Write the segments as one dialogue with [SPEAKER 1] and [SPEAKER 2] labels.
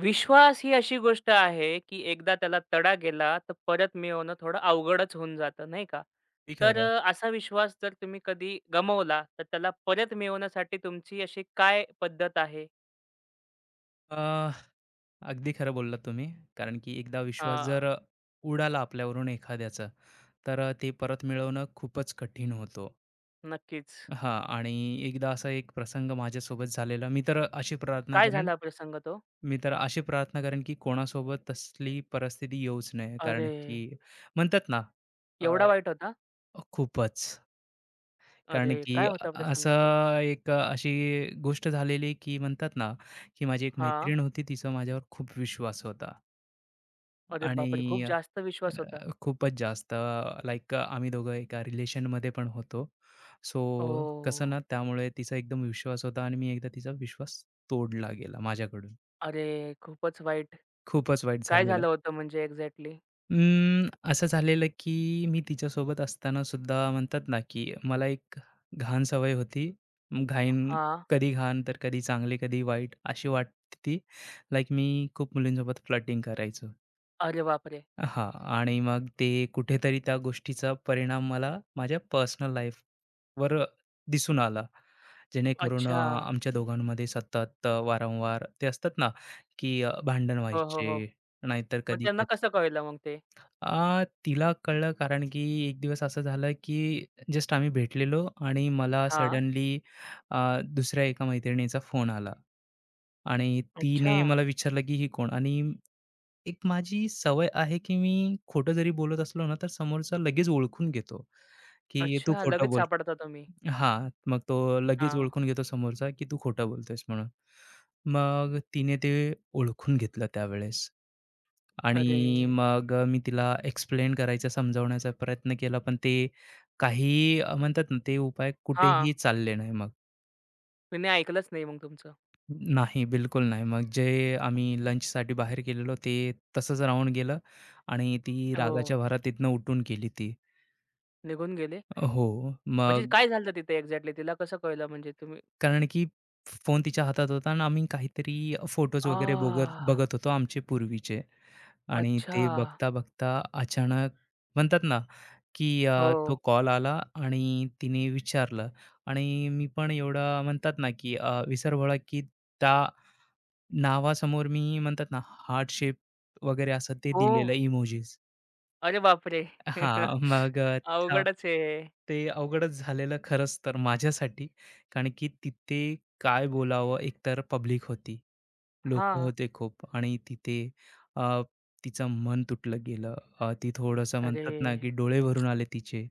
[SPEAKER 1] विश्वास ही अशी गोष्ट आहे, की एकदा त्याला तडा गेला, तर परत मिळवणं थोडं अवघडच होऊन जातं, नाही का?
[SPEAKER 2] अगदी
[SPEAKER 1] तर
[SPEAKER 2] खरं.
[SPEAKER 1] असा विश्वास जर तुम्ही कधी गमावला, तर त्याला परत मिळवण्यासाठी तुमची अशी काय पद्धत आहे?
[SPEAKER 2] अ, अगदी खरं बोललात तुम्ही. कारण की एकदा विश्वास
[SPEAKER 1] हां,
[SPEAKER 2] जर उडाला आपल्यावरून एखाद्याचा, तर ते परत मिळवणं खूपच कठीण होतो,
[SPEAKER 1] नक्कीच.
[SPEAKER 2] हां आणि एकदा असा एक प्रसंग माझ्यासोबत झालेला.
[SPEAKER 1] काय झाला प्रसंग तो?
[SPEAKER 2] मी तर अशी प्रार्थना करेन की कोणासोबत तसली परिस्थिती येऊच नये. कारण
[SPEAKER 1] अरे!
[SPEAKER 2] की म्हणतात ना, अ,
[SPEAKER 1] एवढा वाईट होता?
[SPEAKER 2] खूपच. कारण
[SPEAKER 1] अरे!
[SPEAKER 2] की
[SPEAKER 1] काय होता
[SPEAKER 2] असं
[SPEAKER 1] प्रसंग तो?
[SPEAKER 2] एक अशी गोष्ट झालेली की म्हणतात ना, की माझी एक
[SPEAKER 1] हां.
[SPEAKER 2] मैत्रीण होती, तिचा माझ्यावर खूप विश्वास होता.
[SPEAKER 1] अरे
[SPEAKER 2] आणि
[SPEAKER 1] बापरे! खूप जास्त विश्वास होता.
[SPEAKER 2] खूपच जास्त लाइक आम्ही दोघं एका रिलेशनमध्ये पण होतो. So
[SPEAKER 1] oh!
[SPEAKER 2] कसं ना, त्यामुळे तिचा एकदम विश्वास होता आणि मी एकदा तिचा विश्वास तोडला गेला माझ्याकडून.
[SPEAKER 1] अरे! खूपच वाईट.
[SPEAKER 2] खूपच वाईट
[SPEAKER 1] काय
[SPEAKER 2] झालेलं.
[SPEAKER 1] झालं होतं म्हणजे एक्झॅक्टली?
[SPEAKER 2] असं झालेलं की मी तिच्यासोबत असताना सुद्धा म्हणतात ना, की मला एक घाण सवय होती. म, घाईन
[SPEAKER 1] हां.
[SPEAKER 2] कधी घाण तर कधी चांगली, कधी वाईट अशी वाटती. लाइक मी खूप मुलींसोबत फ्लर्टिंग करायचो.
[SPEAKER 1] अरे बापरे!
[SPEAKER 2] हां. आणि मग ते कुठेतरी त्या गोष्टीचा परिणाम मला माझ्या पर्सनल लाईफवर दिसून आला. जेणेकरून
[SPEAKER 1] अच्छा.
[SPEAKER 2] आमच्या दोघांमध्ये सतत वारंवार ते असतात ना, की भांडण
[SPEAKER 1] हो, हो, हो.
[SPEAKER 2] व्हायचे. नाहीतर
[SPEAKER 1] मग त्यांना
[SPEAKER 2] कधी-कधी,
[SPEAKER 1] कसं कळलं मग ते?
[SPEAKER 2] तिला कळलं कारण की एक दिवस असं झालं, की जस्ट आम्ही भेटलेलो आणि मला
[SPEAKER 1] हां.
[SPEAKER 2] सडनली दुसऱ्या एका मैत्रिणीचा फोन आला. आणि
[SPEAKER 1] अच्छा,
[SPEAKER 2] तिने मला विचारलं, की "ही कोण?" आणि एक माझी सवय आहे, की मी खोटं जरी बोलत असलो ना, तर समोरचा लगेच ओळखून घेतो, की तू
[SPEAKER 1] अच्छा.
[SPEAKER 2] खोटं
[SPEAKER 1] लगेच
[SPEAKER 2] बोल.
[SPEAKER 1] सापडता तुम्ही.
[SPEAKER 2] हां, मग तो लगेच
[SPEAKER 1] हां.
[SPEAKER 2] ओळखून घेतो समोरचा, की तू खोटं बोलतोयस म्हणून. मग तिने ते ओळखून घेतलं त्यावेळेस
[SPEAKER 1] अरे!
[SPEAKER 2] आणि मग मी तिला एक्सप्लेन करायचा, समजावण्याचा प्रयत्न केला, पण ते काही म्हणतात ना, ते उपाय कुठेही
[SPEAKER 1] हां.
[SPEAKER 2] चालले नाही मग.
[SPEAKER 1] तिने ऐकलंच नाही मग तुमचं.
[SPEAKER 2] नाही, बिलकुल नाही. मग जे आम्ही लंचसाठी बाहेर गेलेलो ते तसंच राहून गेलं आणि ती
[SPEAKER 1] हो.
[SPEAKER 2] रागाच्या भरात तिथनं उठून गेली ती.
[SPEAKER 1] निघून गेले.
[SPEAKER 2] हो.
[SPEAKER 1] म्हणजे
[SPEAKER 2] मग,
[SPEAKER 1] काय झालं तिथे एक्झॅक्टली तिला कसं कळलं म्हणजे तुम्ही?
[SPEAKER 2] कारण की फोन तिच्या हातात होता आणि आम्ही काहीतरी फोटोज
[SPEAKER 1] आ
[SPEAKER 2] वगैरे बघत बघत होतो आमचे पूर्वीचे आणि
[SPEAKER 1] अच्छा.
[SPEAKER 2] ते बघता-बघता अचानक म्हणतात ना, की
[SPEAKER 1] हो.
[SPEAKER 2] तो कॉल आला आणि तिने विचारलं. आणि मी पण एवढा म्हणतात ना, की विसरभोळा की त्या नावासमोर मी म्हणतात ना, हार्ट शेप वगैरे असं ते
[SPEAKER 1] ओह!
[SPEAKER 2] दिलेलं इमोजीस.
[SPEAKER 1] अरे बापरे!
[SPEAKER 2] हां, मग हां,
[SPEAKER 1] अवघडच आहे हे.
[SPEAKER 2] ते अवघडच झालेलं खरंच तर माझ्यासाठी. कारण की तिथे काय बोलावं, एकतर पब्लिक होती. लोक होते खूप आणि तिथे अ, तिचं मन तुटलं गेलं. ती थोडंसं
[SPEAKER 1] अरे!
[SPEAKER 2] म्हणतात ना, की डोळे भरून आले तिचे.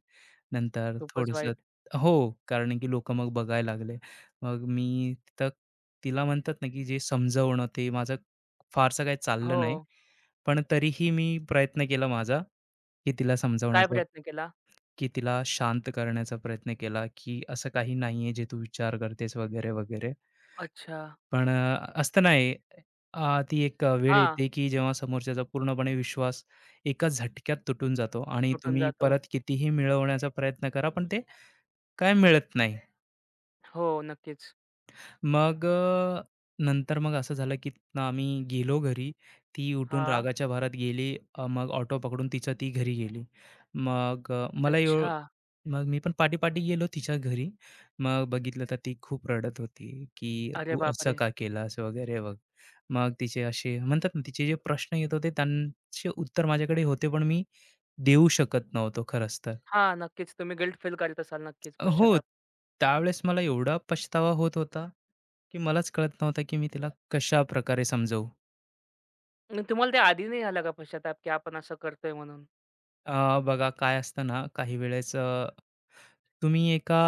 [SPEAKER 2] नंतर
[SPEAKER 1] खूपच
[SPEAKER 2] थोडंसं,
[SPEAKER 1] वाईट.
[SPEAKER 2] हो, कारण की लोकं मग बघायला लागले. मग मी तिथं तिला म्हणतात ना, की जे समजवणं ते माझं फारसं काही चाललं
[SPEAKER 1] हो.
[SPEAKER 2] नाही. पण तरीही मी प्रयत्न केला माझा, की तिला
[SPEAKER 1] काय
[SPEAKER 2] समजवण्याचा,
[SPEAKER 1] प्रयत्न केला?
[SPEAKER 2] की तिला शांत करण्याचा प्रयत्न केला, की असं काही नाहीये जे तू विचार करतेस वगैरे, वगैरे.
[SPEAKER 1] अच्छा.
[SPEAKER 2] पण असतं ना, ती एक वेळ
[SPEAKER 1] हां.
[SPEAKER 2] येते, की जेव्हा समोरच्याचा पूर्णपणे विश्वास एका झटक्यात तुटून जातो आणि
[SPEAKER 1] तुटून
[SPEAKER 2] तुम्ही
[SPEAKER 1] जातो.
[SPEAKER 2] परत कितीही मिळवण्याचा प्रयत्न करा, पण ते काय मिळत नाही.
[SPEAKER 1] हो, नक्कीच.
[SPEAKER 2] मग नंतर मग असं झालं, की तिथनं आम्ही गेलो घरी. ती उठून
[SPEAKER 1] हां.
[SPEAKER 2] रागाच्या भरात गेली. मग ऑटो पकडून तिच्या ती घरी गेली. मग अ, मला एव
[SPEAKER 1] अच्छा.
[SPEAKER 2] मग मी पण पाठी-पाठी गेलो तिच्या घरी. मग बघितलं तर ती खूप रडत होती, की
[SPEAKER 1] अरे
[SPEAKER 2] "तू असं
[SPEAKER 1] बापरे!
[SPEAKER 2] का केलास?" वगैरे बघ. मग तिचे असे म्हणतात ना, तिचे जे प्रश्न येत होते त्यांचे उत्तर माझ्याकडे होते, पण मी देऊ शकत नव्हतो खरंच तर.
[SPEAKER 1] हां, नक्कीच. तुम्ही गिल्ट फील करत असाल नक्कीच
[SPEAKER 2] हो,
[SPEAKER 1] पश्चाताप.
[SPEAKER 2] त्यावेळेस मला एवढा पछतावा होत होता, की मलाच कळत नव्हतं, की मी तिला कशाप्रकारे समजवू?
[SPEAKER 1] मग तुम्हाला ते आधी नाही झाला का पश्चाताप, की आपण असं करतोय म्हणून?
[SPEAKER 2] बघा काय असतं ना, काही वेळेस तुम्ही एका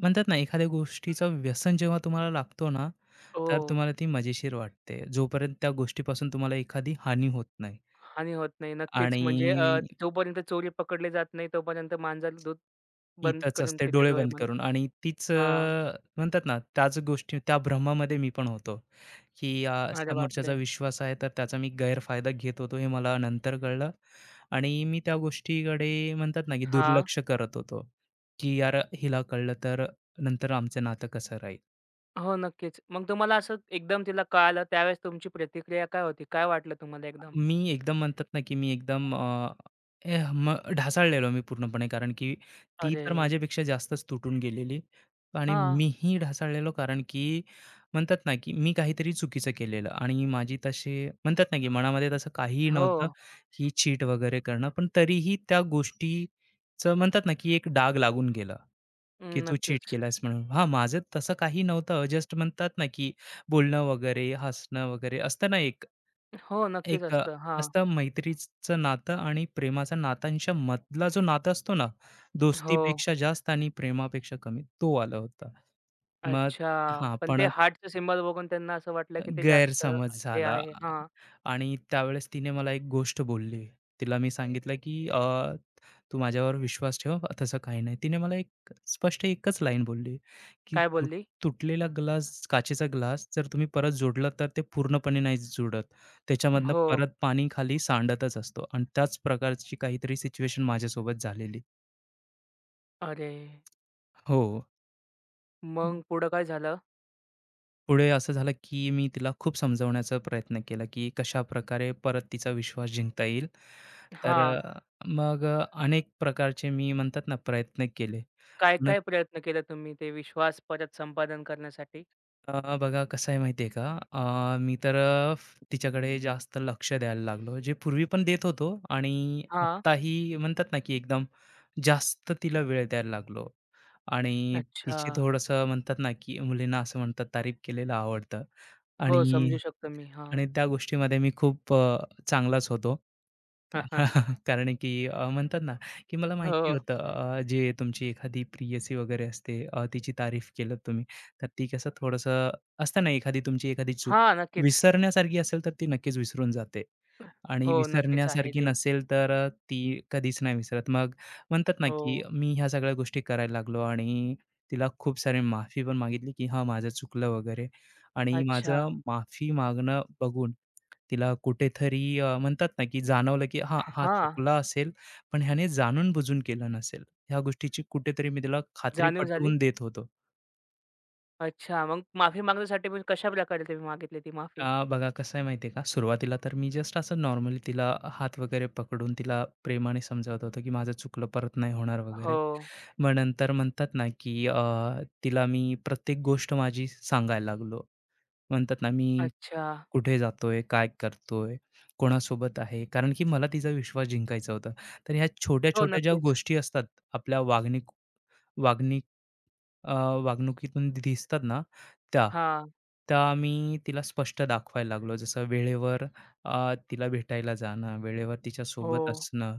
[SPEAKER 2] म्हणतात ना, एखाद्या गोष्टीचं व्यसन जेव्हा तुम्हाला लागतो ना,
[SPEAKER 1] हो,
[SPEAKER 2] तर तुम्हाला ती मजेशीर वाटते. जोपर्यंत त्या गोष्टीपासून तुम्हाला एखादी हानी होत नाही
[SPEAKER 1] हानी होत नाही. नक्कीच.
[SPEAKER 2] आणि
[SPEAKER 1] म्हणजे जोपर्यंत चोरी पकडली जात नाही, तोपर्यंत मांजर दूध बंद
[SPEAKER 2] इथंच
[SPEAKER 1] करून
[SPEAKER 2] असते
[SPEAKER 1] पिते,
[SPEAKER 2] डोळे
[SPEAKER 1] डोळे
[SPEAKER 2] बंद
[SPEAKER 1] बंद
[SPEAKER 2] करून
[SPEAKER 1] करून.
[SPEAKER 2] आणि तीच
[SPEAKER 1] हां.
[SPEAKER 2] म्हणतात ना त्याच गोष्टी त्या भ्रमामध्ये मी पण होतो, की
[SPEAKER 1] अरे
[SPEAKER 2] समोरच्याचा
[SPEAKER 1] बापरे!
[SPEAKER 2] विश्वास आहे तर त्याचा मी गैरफायदा घेत होतो हे मला नंतर कळलं आणि मी त्या गोष्टीकडे म्हणतात ना की
[SPEAKER 1] हां.
[SPEAKER 2] दुर्लक्ष करत होतो, की यार हिला कळलं तर नंतर आमचं नातं कसं राहील?
[SPEAKER 1] हो, नक्कीच. मग तुम्हाला असं एकदम तिला कळालं, त्यावेळेस तुमची प्रतिक्रिया काय होती? काय वाटलं तुम्हाला एकदम?
[SPEAKER 2] मी एकदम म्हणतात ना, की मी एकदम मग ढासळलेलो मी पूर्णपणे. कारण की ती
[SPEAKER 1] अरे!
[SPEAKER 2] तर माझ्यापेक्षा जास्तच तुटून गेलेली आणि
[SPEAKER 1] हां.
[SPEAKER 2] मीही ढासळलेलो कारण की म्हणतात ना, की मी काहीतरी चुकीचं केलेलं आणि माझी तसे म्हणतात ना, की मनामध्ये तसं काहीही
[SPEAKER 1] हो.
[SPEAKER 2] नव्हतं, ही चीट वगैरे करणं. पण तरीही त्या गोष्टीचं म्हणतात ना, की एक डाग लागून गेला, की
[SPEAKER 1] हम्म,
[SPEAKER 2] तू चीट
[SPEAKER 1] नक्कीच.
[SPEAKER 2] केलास म्हणून. हां, माझं तसं काही नव्हतं. जस्ट म्हणतात ना, की बोलणं वगैरे, हसणं वगैरे असतं ना एक,
[SPEAKER 1] हो, नक्कीच
[SPEAKER 2] एक अ,
[SPEAKER 1] असतं. हां.
[SPEAKER 2] असतं मैत्रीचं नातं आणि प्रेमाचं नात्यांच्या मधला जो नाता असतो ना,
[SPEAKER 1] हो.
[SPEAKER 2] दोस्तीपेक्षा जास्त आणि प्रेमापेक्षा कमी, तो आला होता. मग
[SPEAKER 1] अच्छा.
[SPEAKER 2] हां,
[SPEAKER 1] पण
[SPEAKER 2] पण
[SPEAKER 1] ते हार्टचं सिम्बॉल बघून त्यांना असं वाटलं, की ते जास्त
[SPEAKER 2] गैरसमज
[SPEAKER 1] हे
[SPEAKER 2] झाला
[SPEAKER 1] आहे हां.
[SPEAKER 2] आणि त्यावेळेस तिने मला एक गोष्ट बोलली. तिला मी सांगितलं, की तू माझ्यावर विश्वास ठेव, तसं काही नाही." तिने मला एक स्पष्ट एकच लाईन बोलली, की
[SPEAKER 1] काय बोलली?
[SPEAKER 2] तुटलेला ग्लास काचेचा ग्लास जर तुम्ही परत जोडला तर ते पूर्णपणे नाही जुडत. त्याच्यामधनं
[SPEAKER 1] हो.
[SPEAKER 2] परत पाणी खाली सांडतच असतो." आणि त्याच प्रकारची काहीतरी सिच्युएशन माझ्यासोबत झालेली.
[SPEAKER 1] अरे!
[SPEAKER 2] हो.
[SPEAKER 1] मग पुढं काय झालं?
[SPEAKER 2] पुढे असं झालं, की मी तिला खूप समजवण्याचा प्रयत्न केला, की कशाप्रकारे परत तिचा विश्वास जिंकता येईल. तर
[SPEAKER 1] हां.
[SPEAKER 2] मग अनेक प्रकारचे मी म्हणतात ना प्रयत्न केले. मग
[SPEAKER 1] काय-काय प्रयत्न केला तुम्ही ते विश्वास परत संपादन करण्यासाठी?
[SPEAKER 2] बघा कसं आहे माहिती आहे का? मी तर तिच्याकडे जास्त लक्ष द्यायला लागलो. जे पूर्वी पण देत होतो आणि
[SPEAKER 1] हां.
[SPEAKER 2] आत्ताही म्हणतात ना, की एकदम जास्त तिला वेळ द्यायला लागलो. आणि
[SPEAKER 1] अच्छा.
[SPEAKER 2] तिची थोडंसं म्हणतात ना, की मुलींना असं म्हणतात तारीफ केलेलं आवडतं.
[SPEAKER 1] हो,
[SPEAKER 2] आणि
[SPEAKER 1] समजू शकतो मी. हां.
[SPEAKER 2] आणि त्या गोष्टीमध्ये मी खूप चांगलाच होतो. कारण की म्हणतात ना, की मला माहिती
[SPEAKER 1] हो.
[SPEAKER 2] होतं, जे तुमची एखादी प्रियसी वगैरे असते, तिची तारीफ केलं तुम्ही, तर ती कसं थोडंसं असतं ना, एखादी तुमची एखादी चूक
[SPEAKER 1] हां, नक्कीच.
[SPEAKER 2] विसरण्यासारखी असेल, तर ती नक्कीच विसरून जाते आणि
[SPEAKER 1] हो, नक्कीच आहे
[SPEAKER 2] विसरण्यासारखी
[SPEAKER 1] ते.
[SPEAKER 2] नसेल, तर ती कधीच नाही विसरत. मग म्हणतात ना, की
[SPEAKER 1] हो.
[SPEAKER 2] मी ह्या सगळ्या गोष्टी करायला लागलो आणि तिला खूप सारी माफी पण मागितली, की "हां, माझं चुकलं" वगैरे. आणि
[SPEAKER 1] अच्छा.
[SPEAKER 2] माझं माफी मागणं बघून तिला कुठेतरी म्हणतात ना, की जाणवलं, की हां, हा
[SPEAKER 1] हां.
[SPEAKER 2] चुकला असेल, पण ह्याने जाणून-बुजून केलं नसेल. ह्या गोष्टीची कुठेतरी मी तिला खात्री
[SPEAKER 1] जाणीव झाली?
[SPEAKER 2] पटवून देत होतो.
[SPEAKER 1] अच्छा. मग माफी मागण्यासाठी म्हणजे कशाप्रकारे तुम्ही मागितली ती माफी?
[SPEAKER 2] बघा कसं आहे माहिती आहे का, सुरुवातीला तर मी जस्ट असं नॉर्मली तिला हात वगैरे पकडून तिला प्रेमाने समजावत होतो, की माझं चुकलं, परत नाही होणार वगैरे.
[SPEAKER 1] हो.
[SPEAKER 2] मग नंतर म्हणतात ना, की तिला मी प्रत्येक गोष्ट माझी सांगायला लागलो. म्हणतात ना, मी
[SPEAKER 1] अच्छा.
[SPEAKER 2] कुठे जातोय? काय करतोय? कोणासोबत आहे? कारण की मला तिचा विश्वास जिंकायचा होता. तर ह्या
[SPEAKER 1] हो,
[SPEAKER 2] छोट्या-छोट्या ज्या
[SPEAKER 1] नक्कीच.
[SPEAKER 2] गोष्टी असतात आपल्या वागणी अ, वागणुकीतून दिसतात ना त्या,
[SPEAKER 1] हां.
[SPEAKER 2] त्या आम्ही तिला स्पष्ट दाखवायला लागलो. जसं वेळेवर तिला भेटायला जाणं, वेळेवर
[SPEAKER 1] हो.
[SPEAKER 2] तिच्यासोबत असणं,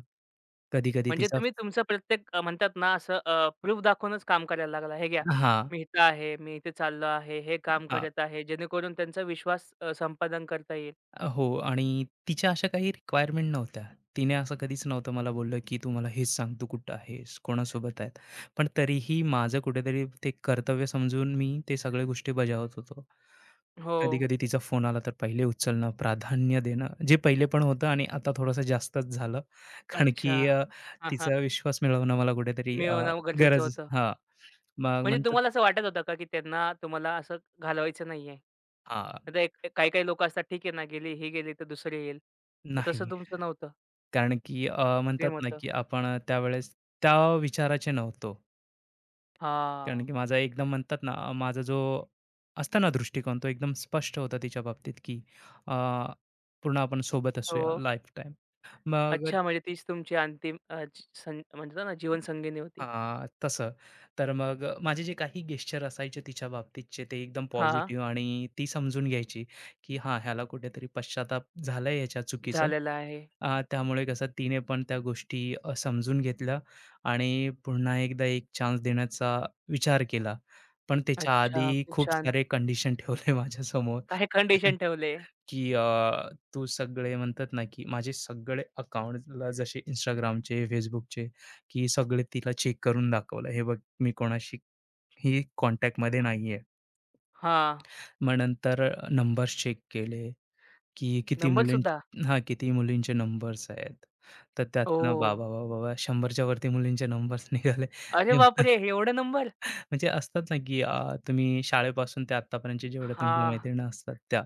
[SPEAKER 2] कधी-कधी
[SPEAKER 1] म्हणजे
[SPEAKER 2] तिचा,
[SPEAKER 1] तुम्ही तुमचं प्रत्येक म्हणतात ना असं प्रूफ दाखवूनच काम करायला लागला. हे घ्या,
[SPEAKER 2] हां.
[SPEAKER 1] मी इथं आहे, मी इथे चाललो आहे, हे काम करत आहे, जेणेकरून त्यांचा विश्वास संपादन करता येईल.
[SPEAKER 2] हो आणि तिच्या अशा काही रिक्वायरमेंट नव्हत्या. तिने असं कधीच नव्हतं मला बोललं, की "तू मला हेच सांग, तू कुठं आहेस? कोणासोबत आहेत?" पण तरीही माझं कुठेतरी ते कर्तव्य समजून मी ते सगळ्या गोष्टी बजावत होतो.
[SPEAKER 1] हो.
[SPEAKER 2] कधी-कधी तिचा फोन आला तर पहिले उचलणं, प्राधान्य देणं, जे पहिले पण होतं आणि आता थोडंसं जास्तच झालं. कारण
[SPEAKER 1] अच्छा.
[SPEAKER 2] की
[SPEAKER 1] हां, हां.
[SPEAKER 2] तिचा विश्वास मिळवणं मला कुठेतरी
[SPEAKER 1] मिळवणं गरजेचं
[SPEAKER 2] गरज.
[SPEAKER 1] होतं.
[SPEAKER 2] हां. मग
[SPEAKER 1] म्हणजे
[SPEAKER 2] म्हणतात,
[SPEAKER 1] तुम्हाला असं वाटत होतं का, की त्यांना तुम्हाला असं घालवायचं नाहीये?
[SPEAKER 2] हां,
[SPEAKER 1] आता एक काही-काही लोकं असतात, ठीक आहे ना, गेली, ही गेली तर दुसरी येईल. तर तसं
[SPEAKER 2] नाही.
[SPEAKER 1] तुमचं नव्हतं.
[SPEAKER 2] कारण की म्हणतात
[SPEAKER 1] प्रेम
[SPEAKER 2] ना,
[SPEAKER 1] होतं.
[SPEAKER 2] की आपण त्यावेळेस त्या विचाराचे नव्हतो. कारण
[SPEAKER 1] हां.
[SPEAKER 2] की माझा एकदम म्हणतात ना, माझा जो असतो ना दृष्टिकोन, तो एकदम स्पष्ट होता तिच्या बाबतीत, की अ, पूर्ण आपण सोबत असूया
[SPEAKER 1] हो.
[SPEAKER 2] लाईफटाईम. मग
[SPEAKER 1] अच्छा म्हणजे तीच तुमची अंतिम जी सं म्हणतात ना जीवनसंगिनी होती.
[SPEAKER 2] हां, तसं. तर मग माझे जे काही गेस्चर असायचे तिच्या बाबतीतचे ते एकदम
[SPEAKER 1] हां,
[SPEAKER 2] पॉझिटिव्ह आणि ती समजून घ्यायची, की हां, ह्याला कुठेतरी पश्चाताप झालाय ह्याच्या चुकीचा.
[SPEAKER 1] झालेला आहे.
[SPEAKER 2] त्यामुळे कसं तिने पण त्या गोष्टी समजून घेतल्या आणि पुन्हा एकदा एक चान्स देण्याचा विचार केला. पण त्याच्या
[SPEAKER 1] अच्छा,
[SPEAKER 2] आधी
[SPEAKER 1] खूप
[SPEAKER 2] खूप
[SPEAKER 1] छान.
[SPEAKER 2] सारे कंडिशन ठेवले माझ्यासमोर.
[SPEAKER 1] काय कंडिशन ठेवले?
[SPEAKER 2] की तू सगळे म्हणतात ना, की माझे सगळे अकाउंटला जसे Instagramचे, Facebookचे, की सगळे तिला चेक करून दाखवलं. हे बघ मी कोणाशी ही कॉन्टॅक्टमध्ये नाहीये.
[SPEAKER 1] हां,
[SPEAKER 2] मग नंतर नंबर्स चेक केले, की किती मुलीं
[SPEAKER 1] नंबरसुद्धा?
[SPEAKER 2] हां, किती मुलींचे नंबर्स आहेत. तर त्यातनं
[SPEAKER 1] ओह!
[SPEAKER 2] बाबा, बाबा, बाबा 100च्या वरती मुलींचे नंबर्स निघाले.
[SPEAKER 1] अरे
[SPEAKER 2] जे म-
[SPEAKER 1] बापरे! एवढे नंबर?
[SPEAKER 2] म्हणजे असतात ना, की तुम्ही शाळेपासून ते आत्तापर्यंतचे जेवढ्या तुमच्या
[SPEAKER 1] हां,
[SPEAKER 2] मैत्रिणी असतात त्या.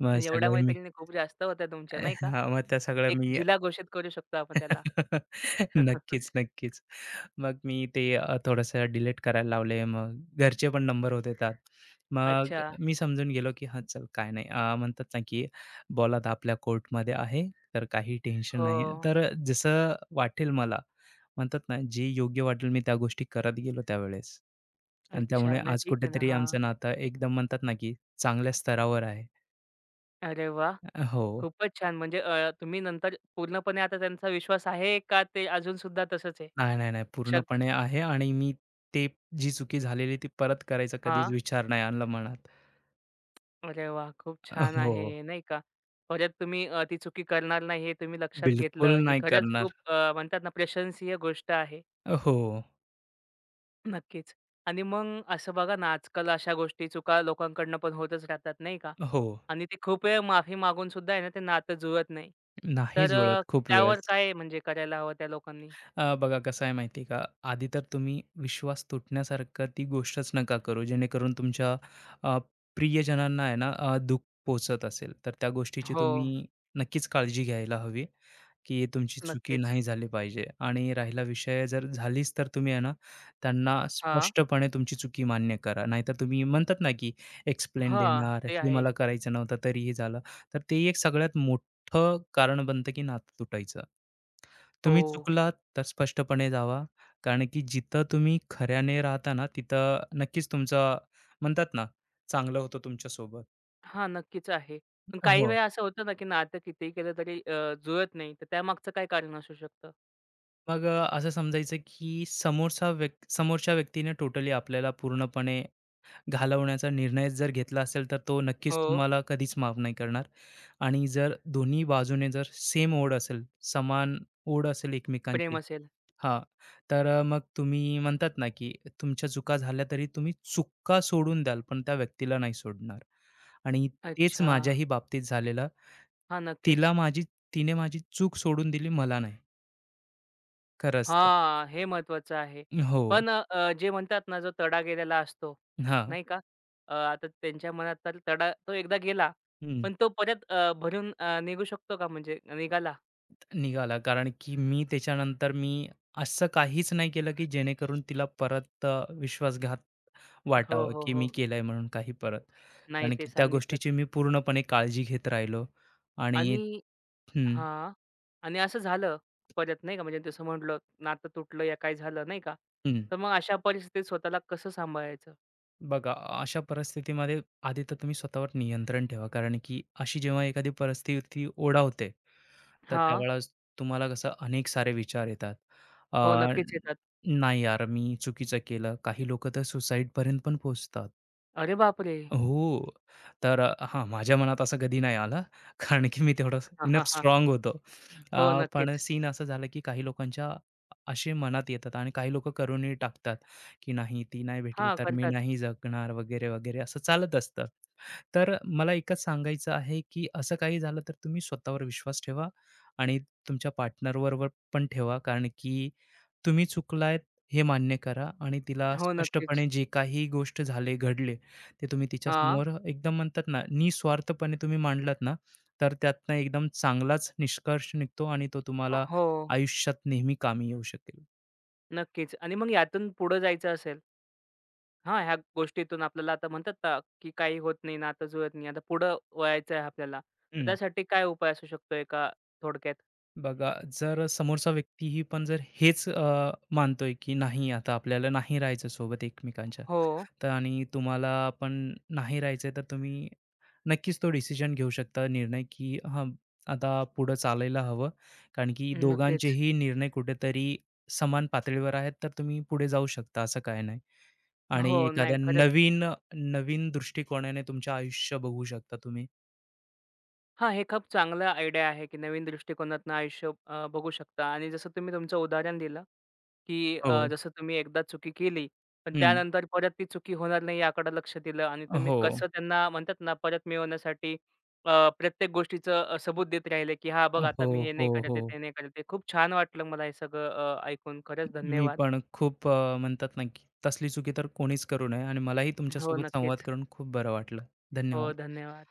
[SPEAKER 2] मग
[SPEAKER 1] म्हणजे एवढ्या
[SPEAKER 2] सगळे मी,
[SPEAKER 1] मैत्रिणी खूप जास्त होत्या तुमच्या, नाही का?
[SPEAKER 2] हां, मग त्या सगळ्या
[SPEAKER 1] एक
[SPEAKER 2] मी
[SPEAKER 1] जिल्हा घोषित करू शकतो आपण त्याला.
[SPEAKER 2] नक्कीच, नक्कीच. मग मी ते थोडंसं डिलीट करायला लावले. मग घरचे पण नंबर होते त्यात. मग
[SPEAKER 1] अच्छा.
[SPEAKER 2] मी समजून गेलो, की हां, चल काय नाही. म्हणतात ना, की बॉल आता आपल्या कोर्टमध्ये आहे, तर काही टेन्शन
[SPEAKER 1] हो.
[SPEAKER 2] नाही. तर जसं वाटेल मला, म्हणतात ना, जे योग्य वाटेल मी त्या गोष्टी करत गेलो त्यावेळेस. आणि त्यामुळे
[SPEAKER 1] अच्छा. नाही
[SPEAKER 2] आज
[SPEAKER 1] ठीक आहे ना.
[SPEAKER 2] कुठेतरी
[SPEAKER 1] हां.
[SPEAKER 2] आमचं नातं एकदम म्हणतात ना, की चांगल्या स्तरावर आहे.
[SPEAKER 1] अरे वाह!
[SPEAKER 2] हो.
[SPEAKER 1] खूपच छान. म्हणजे तुम्ही नंतर पूर्णपणे आता त्यांचा विश्वास आहे का ते अजूनसुद्धा तसंच आहे?
[SPEAKER 2] नाही, नाही, नाही.
[SPEAKER 1] शक
[SPEAKER 2] पूर्णपणे आहे आणि मी ते जी चुकी झालेली ती परत करायचा कधीच
[SPEAKER 1] हां.
[SPEAKER 2] विचार नाही आणला मनात.
[SPEAKER 1] अरे वा, खूप छान आहे
[SPEAKER 2] हो.
[SPEAKER 1] हे, नाही का. परत तुम्ही ती चुकी करणार नाही हे तुम्ही लक्षात
[SPEAKER 2] बिलकुल
[SPEAKER 1] घेतलं. ही
[SPEAKER 2] नाही
[SPEAKER 1] खरंच खूप
[SPEAKER 2] करणार.
[SPEAKER 1] म्हणतात ना प्रशंसीय गोष्ट आहे.
[SPEAKER 2] हो,
[SPEAKER 1] नक्कीच. आणि मग असं बघा ना, आजकाल अशा गोष्टी चुका लोकांकडनं पण होतच राहतात, नाही का.
[SPEAKER 2] हो.
[SPEAKER 1] आणि ते खूप वेळ माफी मागून सुद्धा आहे ना, ते नातं जुळत नाही.
[SPEAKER 2] नाही
[SPEAKER 1] तर
[SPEAKER 2] जुळत खूप
[SPEAKER 1] त्यावर
[SPEAKER 2] वेळेस.
[SPEAKER 1] काय म्हणजे करायला हवं त्या लोकांनी?
[SPEAKER 2] बघा कसं आहे माहिती आहे का, आधी तर तुम्ही विश्वास तुटण्यासारखं ती गोष्टच नका करू, जेणेकरून तुमच्या अ, प्रियजनांना आहे ना दुःख पोहोचत असेल, तर त्या गोष्टीची
[SPEAKER 1] हो,
[SPEAKER 2] तुम्ही नक्कीच काळजी घ्यायला हवी. की तुमची चुकी
[SPEAKER 1] नक्कीच.
[SPEAKER 2] नाही झाली पाहिजे आणि राहिला विषय जर झालीच तर तुम्ही आहे ना, त्यांना
[SPEAKER 1] हां.
[SPEAKER 2] स्पष्टपणे तुमची चुकी मान्य करा. नाहीतर तुम्ही म्हणतात ना, की एक्सप्लेन
[SPEAKER 1] हां,
[SPEAKER 2] देणार,
[SPEAKER 1] ते
[SPEAKER 2] "हे
[SPEAKER 1] आहे.
[SPEAKER 2] मला करायचं नव्हतं, तरीही झालं." तर ते एक सगळ्यात मोठं कारण बनतं, की नातं तुटायचं.
[SPEAKER 1] हो.
[SPEAKER 2] तुम्ही चुकलात तर स्पष्टपणे जावा. कारण की जिथं तुम्ही खऱ्याने राहता ना, तिथं नक्कीच तुमचं म्हणतात ना, चांगलं होतं तुमच्यासोबत.
[SPEAKER 1] हां, नक्कीच आहे. पण काही
[SPEAKER 2] हो.
[SPEAKER 1] वेळा असं होतं ना, की नातं कितीही केलं तरी जुळत नाही. तर त्यामागचं काय कारण असू शकतं?
[SPEAKER 2] मग असं समजायचं की समोरचा व्यक् समोरच्या व्यक्तीने टोटली आपल्याला पूर्णपणे घालवण्याचा निर्णय जर घेतला असेल, तर तो नक्कीच
[SPEAKER 1] हो.
[SPEAKER 2] तुम्हाला कधीच माफ नाही करणार. आणि जर दोन्ही बाजूने जर सेम ओढ असेल, समान ओढ असेल एकमेकांची,
[SPEAKER 1] प्रेम असेल.
[SPEAKER 2] हां, तर मग तुम्ही म्हणतात ना, की तुमच्या चुका झाल्या तरी तुम्ही चुका सोडून द्याल, पण त्या व्यक्तीला नाही सोडणार. आणि तेच
[SPEAKER 1] अच्छा.
[SPEAKER 2] माझ्याही बाबतीत झालेलं.
[SPEAKER 1] हां,
[SPEAKER 2] तिला
[SPEAKER 1] नक्कीच.
[SPEAKER 2] माझी, तिने माझी चूक सोडून दिली, मला नाही. खरंच तर.
[SPEAKER 1] हां, हे महत्त्वाचं आहे.
[SPEAKER 2] हो.
[SPEAKER 1] पण जे म्हणतात ना, जो तडा गेलेला असतो,
[SPEAKER 2] हां,
[SPEAKER 1] नाही का? आता त्यांच्या मनात तर तडा तो एकदा गेला,
[SPEAKER 2] हं,
[SPEAKER 1] पण तो परत भरून निघू शकतो का म्हणजे निघाला?
[SPEAKER 2] निघाला. कारण की मी त्याच्यानंतर मी असं काहीच नाही केलं, की जेणेकरून तिला परत विश्वासघात
[SPEAKER 1] हो,
[SPEAKER 2] वाटावं,
[SPEAKER 1] हो,
[SPEAKER 2] की मी
[SPEAKER 1] हो.
[SPEAKER 2] केलंय म्हणून काही परत.
[SPEAKER 1] नाही
[SPEAKER 2] कारण
[SPEAKER 1] ते
[SPEAKER 2] की त्या
[SPEAKER 1] सांगितलंच
[SPEAKER 2] गोष्टीची मी पूर्णपणे काळजी घेत राहिलो आणि,
[SPEAKER 1] आणि
[SPEAKER 2] हं,
[SPEAKER 1] हां. आणि असं झालं परत नाही का, म्हणजे जसं म्हटलं नातं तुटलं या काय झालं नाही का,
[SPEAKER 2] हं.
[SPEAKER 1] तर मग अशा परिस्थितीत स्वतःला कसं सांभाळायचं?
[SPEAKER 2] बघा, अशा परिस्थितीमध्ये आधी तर तुम्ही स्वतःवर नियंत्रण ठेवा. कारण की अशी जेव्हा एखादी परिस्थिती ओढावते, तर
[SPEAKER 1] हां.
[SPEAKER 2] त्यावेळेस तुम्हाला कसं अनेक सारे विचार येतात.
[SPEAKER 1] हो,
[SPEAKER 2] अ,
[SPEAKER 1] नक्कीच येतात.
[SPEAKER 2] नाही यार, मी चुकीचं केलं. काही लोकं तर सुसाईडपर्यंत पण पोहोचतात.
[SPEAKER 1] अरे बापरे!
[SPEAKER 2] हो. तर हां, माझ्या मनात असं कधी नाही आलं, कारण की मी तेवढं
[SPEAKER 1] हां,
[SPEAKER 2] इनफ
[SPEAKER 1] हां, हां.
[SPEAKER 2] स्ट्राँग होतो.
[SPEAKER 1] हो,
[SPEAKER 2] पण
[SPEAKER 1] नक्कीच.
[SPEAKER 2] सीन असं झालं, की काही लोकांच्या असे मनात येतात आणि काही लोकं करूनही टाकतात, की नाही ती नाही भेटली
[SPEAKER 1] हां,
[SPEAKER 2] तर मी
[SPEAKER 1] करतात.
[SPEAKER 2] नाही जगणार वगैरे, वगैरे असं चालत असतं. तर मला एकच सांगायचं आहे, की असं काही झालं तर तुम्ही स्वतःवर विश्वास ठेवा आणि तुमच्या पार्टनरबरोबर पण ठेवा, कारण की तुम्ही चुकलायत हे मान्य करा आणि तिला
[SPEAKER 1] हो, नक्कीच.
[SPEAKER 2] स्पष्टपणे जे काही गोष्ट झाले, घडले, ते तुम्ही
[SPEAKER 1] हां.
[SPEAKER 2] तिच्यासमोर एकदम म्हणतात ना, निस्वार्थपणे तुम्ही मांडलात ना, तर त्यातनं एकदम चांगलाच निष्कर्ष निघतो आणि तो तुम्हाला
[SPEAKER 1] हो,
[SPEAKER 2] आयुष्यात नेहमी कामी येऊ शकेल.
[SPEAKER 1] नक्कीच. आणि मग यातून पुढं जायचं असेल हां, ह्या गोष्टीतून आपल्याला आता म्हणतात ना, की काही होत नाही, नातं जुळत नाही. आता पुढं वळायचं आहे आपल्याला. तर
[SPEAKER 2] हं.
[SPEAKER 1] त्यासाठी काय उपाय असू शकतो एका थोडक्यात?
[SPEAKER 2] बघा, जर समोरचा व्यक्तीही पण जर हेच मानतोय, की नाही आता आपल्याला नाही राहायचं सोबत एकमेकांच्या,
[SPEAKER 1] हो,
[SPEAKER 2] तर आणि तुम्हाला पण नाही राहायचंय, तर तुम्ही नक्कीच तो डिसिजन घेऊ शकता निर्णय, की हां, आता पुढं चालायला हवं. कारण की
[SPEAKER 1] नक्कीच.
[SPEAKER 2] दोघांचेही निर्णय कुठेतरी समान पातळीवर आहेत, तर तुम्ही पुढे जाऊ शकता असं काही नाही. आणि
[SPEAKER 1] हो, नाही
[SPEAKER 2] एखाद्या
[SPEAKER 1] खरंच.
[SPEAKER 2] नवीन नवीन दृष्टिकोनाने तुमचे आयुष्य बघू शकता तुम्ही.
[SPEAKER 1] हां, हे खूप चांगलं आयडिया आहे, की नवीन दृष्टिकोनातनं आयुष्य बघू शकता आणि जसं तुम्ही तुमचं उदाहरण दिलं, की
[SPEAKER 2] हो.
[SPEAKER 1] जसं तुम्ही एकदा चुकी केली, पण
[SPEAKER 2] हं.
[SPEAKER 1] त्यानंतर परत ती चुकी होणार नाही याकडे लक्ष दिलं आणि तुम्ही
[SPEAKER 2] हो.
[SPEAKER 1] कसं त्यांना म्हणतात ना, परत मिळवण्यासाठी अ, प्रत्येक गोष्टीचं सबूत देत राहिले, की "हां, बघ आता
[SPEAKER 2] हो,
[SPEAKER 1] मी हे
[SPEAKER 2] हो,
[SPEAKER 1] नाही करत
[SPEAKER 2] हो.
[SPEAKER 1] आहे, ते नाही करत आहे." खूप छान वाटलं मला हे सगळं ऐकून. खरंच
[SPEAKER 2] मी
[SPEAKER 1] धन्यवाद.
[SPEAKER 2] पण खूप म्हणतात ना, की तसली चुकी तर कोणीच करू नये आणि मलाही
[SPEAKER 1] हो,
[SPEAKER 2] तुमच्यासोबत संवाद
[SPEAKER 1] नक्कीच.
[SPEAKER 2] करून खूप बरं वाटलं.
[SPEAKER 1] हो,
[SPEAKER 2] धन्यवाद.
[SPEAKER 1] धन्यवाद.